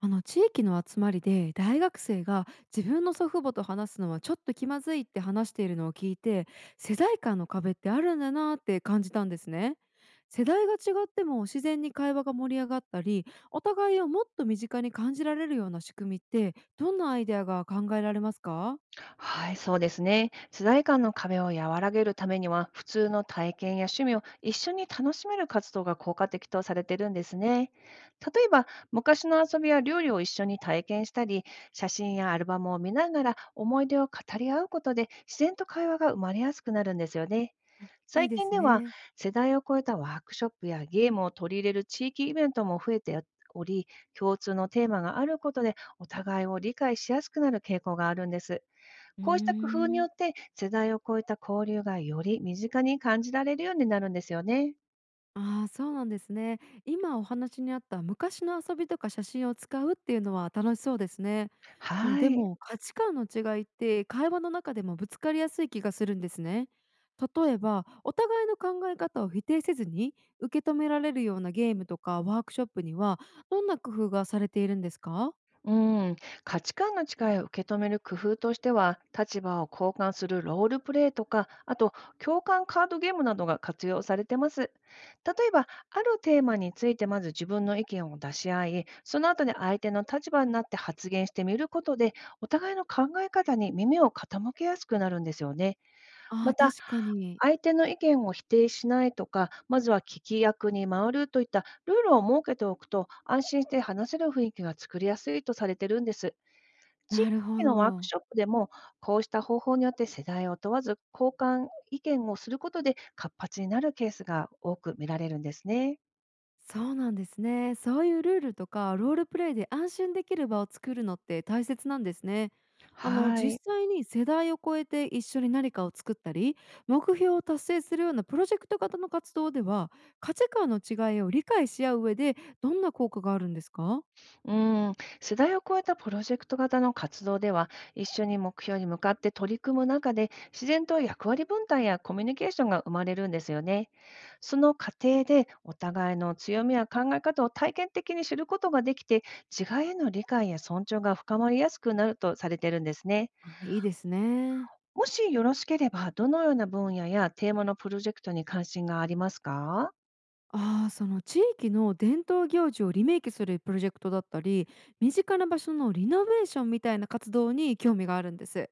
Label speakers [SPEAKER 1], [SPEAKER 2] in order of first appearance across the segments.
[SPEAKER 1] あの地域の集まりで大学生が自分の祖父母と話すのはちょっと気まずいって話しているのを聞いて世代間の壁ってあるんだなって感じたんですね。世代が違っても自然に会話が盛り上がったりお互いをもっと身近に感じられるような仕組みってどんなアイデアが考えられますか？
[SPEAKER 2] はい、そうですね。世代間の壁を和らげるためには、普通の体験や趣味を一緒に楽しめる活動が効果的とされてるんですね。例えば、昔の遊びや料理を一緒に体験したり、写真やアルバムを見ながら思い出を語り合うことで、自然と会話が生まれやすくなるんですよね。
[SPEAKER 1] いい
[SPEAKER 2] 最
[SPEAKER 1] で
[SPEAKER 2] 近
[SPEAKER 1] す
[SPEAKER 2] では、
[SPEAKER 1] ね。
[SPEAKER 2] 世代を超えたワークショップやゲームを取り入れる地域イベントも増えており、共通のテーマがあることで、お互いを理解しやすくなる傾向があるんです。
[SPEAKER 1] うー
[SPEAKER 2] こうした工夫によっ
[SPEAKER 1] ん、
[SPEAKER 2] て、世代を超えた交流がより身近に感じられるようになるんですよね。
[SPEAKER 1] ああ、そうなんですね。今お話にあった昔の遊びとか写真を使うっていうのは楽しそうですね。もう
[SPEAKER 2] は
[SPEAKER 1] で
[SPEAKER 2] い。
[SPEAKER 1] も価値観の違いって会話の中でもぶつかりやすい気がするんですね。例えばお互いの考え方を否定せずに受け止められるようなゲームとかワークショップにはどんな工夫がされているんですか？
[SPEAKER 2] うん。価値観の違いを受け止める工夫としては、立場を交換するロールプレイとか、あと共感カードゲームなどが活用されてます。例えば、あるテーマについてまず自分の意見を出し合い、その後に相手の立場になって発言してみることで、お互いの考え方に耳を傾けやすくなるんですよね。
[SPEAKER 1] ああ
[SPEAKER 2] ま
[SPEAKER 1] ー、
[SPEAKER 2] た、
[SPEAKER 1] 確かに。
[SPEAKER 2] 相手の意見を否定しないとか、まずは聞き役に回るといったルールを設けておくと、安心して話せる雰囲気が作りやすいとされてるんです。地
[SPEAKER 1] なるほ
[SPEAKER 2] 域のワーク
[SPEAKER 1] ど。
[SPEAKER 2] ショップでも、こうした方法によって世代を問わず交換意見をすることで活発になるケースが多く見られるんですね。
[SPEAKER 1] そうなんですね。そういうルールとかロールプレイで安心できる場を作るのって大切なんですね。あの、
[SPEAKER 2] はい。
[SPEAKER 1] 実際に世代を超えて一緒に何かを作ったり目標を達成するようなプロジェクト型の活動では価値観の違いを理解し合う上でどんな効果があるんですか？
[SPEAKER 2] うーん、世代を超えたプロジェクト型の活動では、一緒に目標に向かって取り組む中で、自然と役割分担やコミュニケーションが生まれるんですよね。その過程で、お互いの強みや考え方を体験的に知ることができて、違いへの理解や尊重が深まりやすくなるとされてるんですね。
[SPEAKER 1] あ、いいですね。
[SPEAKER 2] もしよろしければ、どのような分野やテーマのプロジェクトに関心がありますか？
[SPEAKER 1] ああ、その地域の伝統行事をリメイクするプロジェクトだったり、身近な場所のリノベーションみたいな活動に興味があるんです。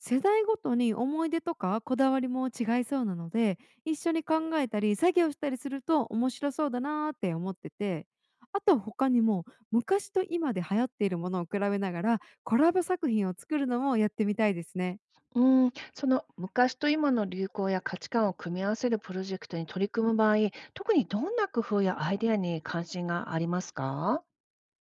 [SPEAKER 1] 世代ごとに思い出とかこだわりも違いそうなので、一緒に考えたり作業したりすると面白そうだなーって思ってて、あと他にも昔と今で流行っているものを比べながらコラボ作品を作るのもやってみたいですね。
[SPEAKER 2] うその昔と今の流行や価値観を組み合わせるプロジェクトに取り組む場合、特にどんな工夫やアイデアに関心がありますか？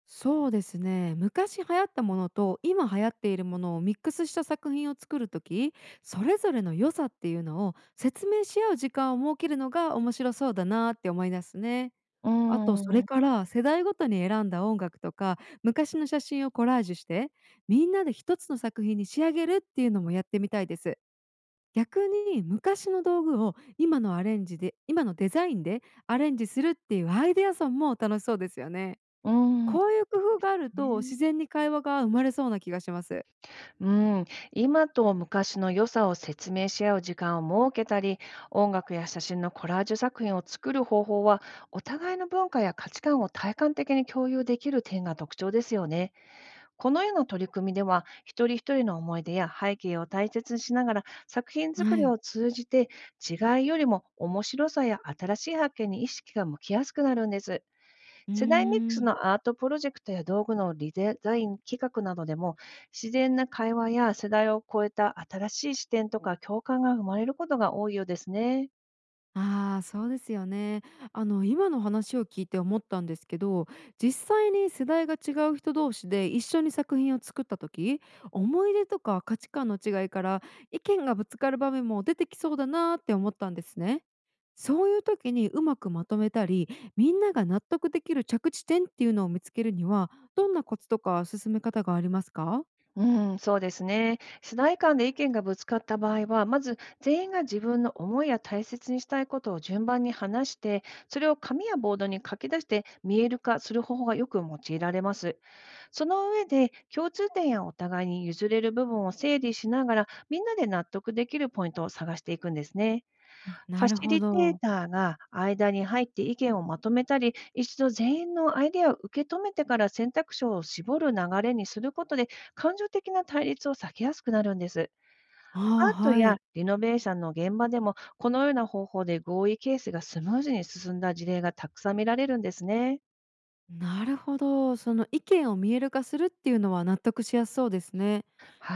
[SPEAKER 1] そうですね、昔流行ったものと今流行っているものをミックスした作品を作るとき、それぞれの良さっていうのを説明し合う時間を設けるのが面白そうだなって思いますね。
[SPEAKER 2] うー
[SPEAKER 1] あとそ
[SPEAKER 2] ん、
[SPEAKER 1] れ
[SPEAKER 2] う
[SPEAKER 1] から世代ごとに選んだ音楽とか昔の写真をコラージュしてみんなで一つの作品に仕上げるっていうのもやってみたいです。逆に昔の道具を今のアレンジで今のデザインでアレンジするっていうアイデアソンも楽しそうですよね。
[SPEAKER 2] ーん、
[SPEAKER 1] こういう工夫があると、自
[SPEAKER 2] ね。
[SPEAKER 1] 然に会話が生まれそうな気がします。
[SPEAKER 2] うーん、今と昔の良さを説明し合う時間を設けたり、音楽や写真のコラージュ作品を作る方法は、お互いの文化や価値観を体感的に共有できる点が特徴ですよね。このような取り組みでは、一人一人の思い出や背景を大切にしながら、作品
[SPEAKER 1] は
[SPEAKER 2] 作り
[SPEAKER 1] い。
[SPEAKER 2] を通じて、違いよりも面白さや新しい発見に意識が向きやすくなるんです。
[SPEAKER 1] う
[SPEAKER 2] 世代ミック
[SPEAKER 1] ー
[SPEAKER 2] ス
[SPEAKER 1] ん。
[SPEAKER 2] のアートプロジェクトや道具のリデザイン企画などでも、自然な会話や世代を超えた新しい視点とか共感が生まれることが多いようですね。
[SPEAKER 1] ああ、そうですよね。あの、今の話を聞いて思ったんですけど、実際に世代が違う人同士で一緒に作品を作った時、思い出とか価値観の違いから意見がぶつかる場面も出てきそうだなーって思ったんですね。そういう時にうまくまとめたり、みんなが納得できる着地点っていうのを見つけるには、どんなコツとか進め方がありますか？
[SPEAKER 2] うん、そうですね。世代間で意見がぶつかった場合は、まず全員が自分の思いや大切にしたいことを順番に話して、それを紙やボードに書き出して見える化する方法がよく用いられます。その上で、共通点やお互いに譲れる部分を整理しながら、みんなで納得できるポイントを探していくんですね。
[SPEAKER 1] あ、
[SPEAKER 2] フ
[SPEAKER 1] な
[SPEAKER 2] ァ
[SPEAKER 1] る
[SPEAKER 2] シ
[SPEAKER 1] ほ
[SPEAKER 2] リテー
[SPEAKER 1] ど。
[SPEAKER 2] ターが間に入って意見をまとめたり、一度全員のアイデアを受け止めてから選択肢を絞る流れにすることで、感情的な対立を避けやすくなるんです。ア
[SPEAKER 1] ああ、
[SPEAKER 2] ート
[SPEAKER 1] は
[SPEAKER 2] や
[SPEAKER 1] い。
[SPEAKER 2] リノベーションの現場でも、このような方法で合意形成がスムーズに進んだ事例がたくさん見られるんですね。
[SPEAKER 1] なるほど。その意見を見える化するっていうのは納得しやすそうですね。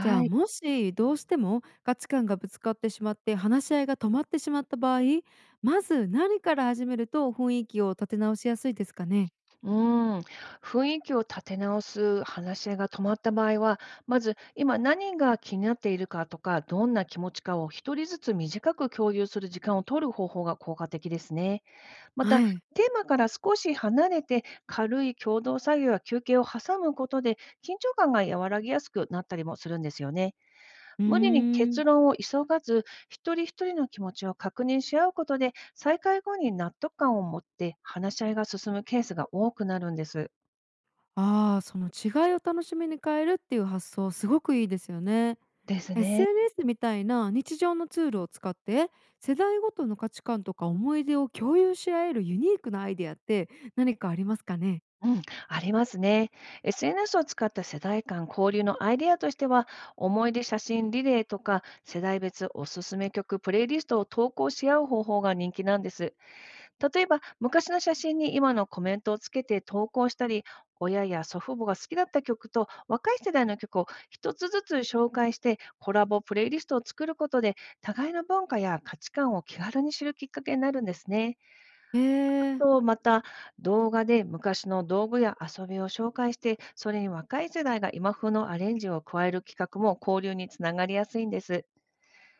[SPEAKER 1] じゃあ、
[SPEAKER 2] い。
[SPEAKER 1] もしどうしても価値観がぶつかってしまって話し合いが止まってしまった場合、まず何から始めると雰囲気を立て直しやすいですかね？
[SPEAKER 2] うん、雰囲気を立て直す話し合いが止まった場合は、まず今何が気になっているかとか、どんな気持ちかを一人ずつ短く共有する時間を取る方法が効果的ですね。ま
[SPEAKER 1] は
[SPEAKER 2] た、
[SPEAKER 1] い。
[SPEAKER 2] テーマから少し離れて、軽い共同作業や休憩を挟むことで、緊張感が和らぎやすくなったりもするんですよね。
[SPEAKER 1] う
[SPEAKER 2] 無理に
[SPEAKER 1] ーん。
[SPEAKER 2] 結論を急がず、一人一人の気持ちを確認し合うことで、再開後に納得感を持って話し合いが進むケースが多くなるんです。
[SPEAKER 1] ああ、その違いを楽しみに変えるっていう発想すごくいいですよね。
[SPEAKER 2] ですね。
[SPEAKER 1] SNS みたいな日常のツールを使って世代ごとの価値観とか思い出を共有し合えるユニークなアイデアって何かありますかね？
[SPEAKER 2] うん、ありますね。SNS を使った世代間交流のアイデアとしては、思い出写真リレーとか、世代別おすすめ曲プレイリストを投稿し合う方法が人気なんです。例えば、昔の写真に今のコメントをつけて投稿したり、親や祖父母が好きだった曲と若い世代の曲を一つずつ紹介してコラボプレイリストを作ることで、互いの文化や価値観を気軽に知るきっかけになるんですね。
[SPEAKER 1] へえ、
[SPEAKER 2] また、動画で昔の道具や遊びを紹介して、それに若い世代が今風のアレンジを加える企画も交流につながりやすいんです。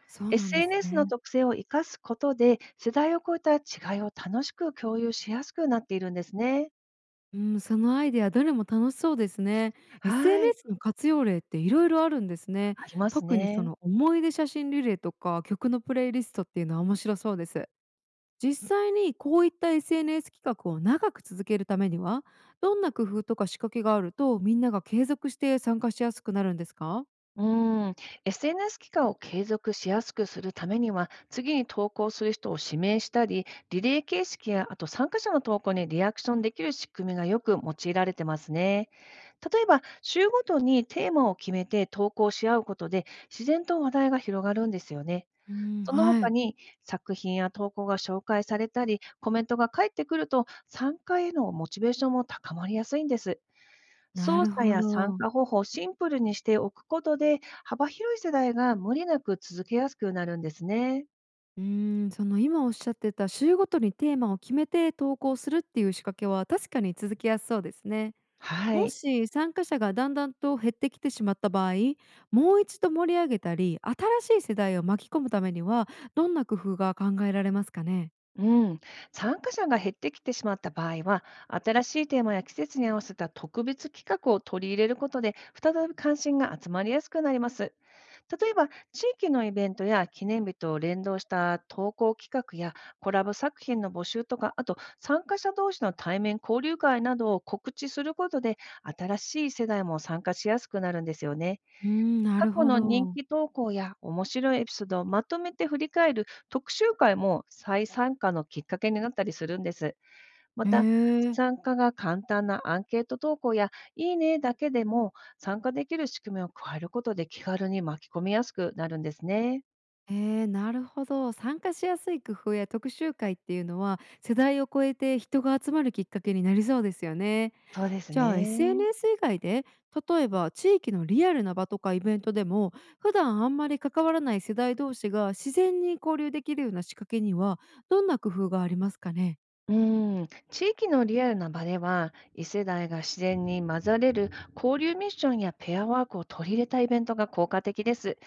[SPEAKER 1] そうなんです
[SPEAKER 2] SNS の
[SPEAKER 1] ね。
[SPEAKER 2] 特性を生かすことで、世代を超えた違いを楽しく共有しやすくなっているんですね。
[SPEAKER 1] うん、そのアイデアどれも楽しそうですね。
[SPEAKER 2] はい、
[SPEAKER 1] SNS の活用例っていろいろあるんですね。
[SPEAKER 2] あります
[SPEAKER 1] 特にそ
[SPEAKER 2] ね。
[SPEAKER 1] の思い出写真リレーとか曲のプレイリストっていうのは面白そうです。実際にこういった SNS 企画を長く続けるためにはどんな工夫とか仕掛けがあるとみんなが継続して参加しやすくなるんですか？
[SPEAKER 2] うん、SNS 期間を継続しやすくするためには、次に投稿する人を指名したり、リレー形式や、あと参加者の投稿にリアクションできる仕組みがよく用いられてますね。例えば、週ごとにテーマを決めて投稿し合うことで、自然と話題が広がるんですよね。
[SPEAKER 1] うん、
[SPEAKER 2] その
[SPEAKER 1] は
[SPEAKER 2] 他
[SPEAKER 1] い。
[SPEAKER 2] に、作品や投稿が紹介されたり、コメントが返ってくると、参加へのモチベーションも高まりやすいんです。
[SPEAKER 1] な
[SPEAKER 2] 操
[SPEAKER 1] る
[SPEAKER 2] 作
[SPEAKER 1] ほ
[SPEAKER 2] や参
[SPEAKER 1] ど。
[SPEAKER 2] 加方法をシンプルにしておくことで、幅広い世代が無理なく続けやすくなるんですね。
[SPEAKER 1] うーん、その今おっしゃってた週ごとにテーマを決めて投稿するっていう仕掛けは確かに続きやすそうですね。
[SPEAKER 2] は
[SPEAKER 1] も
[SPEAKER 2] い。
[SPEAKER 1] し参加者がだんだんと減ってきてしまった場合、もう一度盛り上げたり新しい世代を巻き込むためにはどんな工夫が考えられますかね？
[SPEAKER 2] うん。参加者が減ってきてしまった場合は、新しいテーマや季節に合わせた特別企画を取り入れることで、再び関心が集まりやすくなります。例えば、地域のイベントや記念日と連動した投稿企画やコラボ作品の募集とか、あと参加者同士の対面交流会などを告知することで、新しい世代も参加しやすくなるんですよね。
[SPEAKER 1] うーん、な
[SPEAKER 2] 過
[SPEAKER 1] る
[SPEAKER 2] 去
[SPEAKER 1] ほ
[SPEAKER 2] の人
[SPEAKER 1] ど。
[SPEAKER 2] 気投稿や面白いエピソードをまとめて振り返る特集会も再参加のきっかけになったりするんです。ま
[SPEAKER 1] へ
[SPEAKER 2] た、
[SPEAKER 1] え。
[SPEAKER 2] 参加が簡単なアンケート投稿や、いいねだけでも参加できる仕組みを加えることで、気軽に巻き込みやすくなるんですね。
[SPEAKER 1] ええ、なるほど。参加しやすい工夫や特集会っていうのは、世代を超えて人が集まるきっかけになりそうですよね。
[SPEAKER 2] そうです
[SPEAKER 1] じゃあ
[SPEAKER 2] ね。
[SPEAKER 1] SNS 以外で、例えば地域のリアルな場とかイベントでも、普段あんまり関わらない世代同士が自然に交流できるような仕掛けには、どんな工夫がありますかね？
[SPEAKER 2] うーん、地域のリアルな場では、異世代が自然に混ざれる交流ミッションやペアワークを取り入れたイベントが効果的です。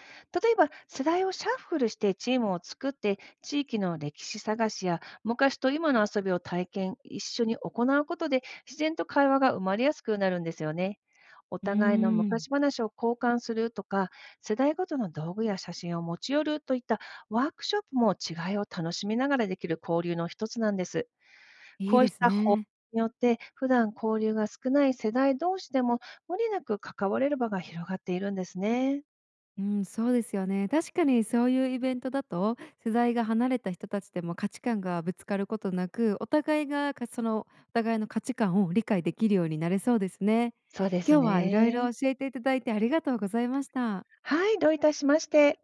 [SPEAKER 2] 例えば、世代をシャッフルしてチームを作って、地域の歴史探しや昔と今の遊びを体験、一緒に行うことで、自然と会話が生まれやすくなるんですよね。お
[SPEAKER 1] う
[SPEAKER 2] 互いの
[SPEAKER 1] ーん。
[SPEAKER 2] 昔話を交換するとか、世代ごとの道具や写真を持ち寄るといったワークショップも、違いを楽しみながらできる交流の一つなんです。
[SPEAKER 1] い
[SPEAKER 2] こ
[SPEAKER 1] い
[SPEAKER 2] う
[SPEAKER 1] で
[SPEAKER 2] し
[SPEAKER 1] す
[SPEAKER 2] た法
[SPEAKER 1] ね。
[SPEAKER 2] によって、普段交流が少ない世代同士でも、無理なく関われる場が広がっているんですね。
[SPEAKER 1] うん、そうですよね。確かにそういうイベントだと、世代が離れた人たちでも価値観がぶつかることなく、お互いの価値観を理解できるようになれそうですね。
[SPEAKER 2] そうです
[SPEAKER 1] 今日はいろい
[SPEAKER 2] ね。
[SPEAKER 1] ろ教えていただいてありがとうございました。
[SPEAKER 2] はい、どういたしまして。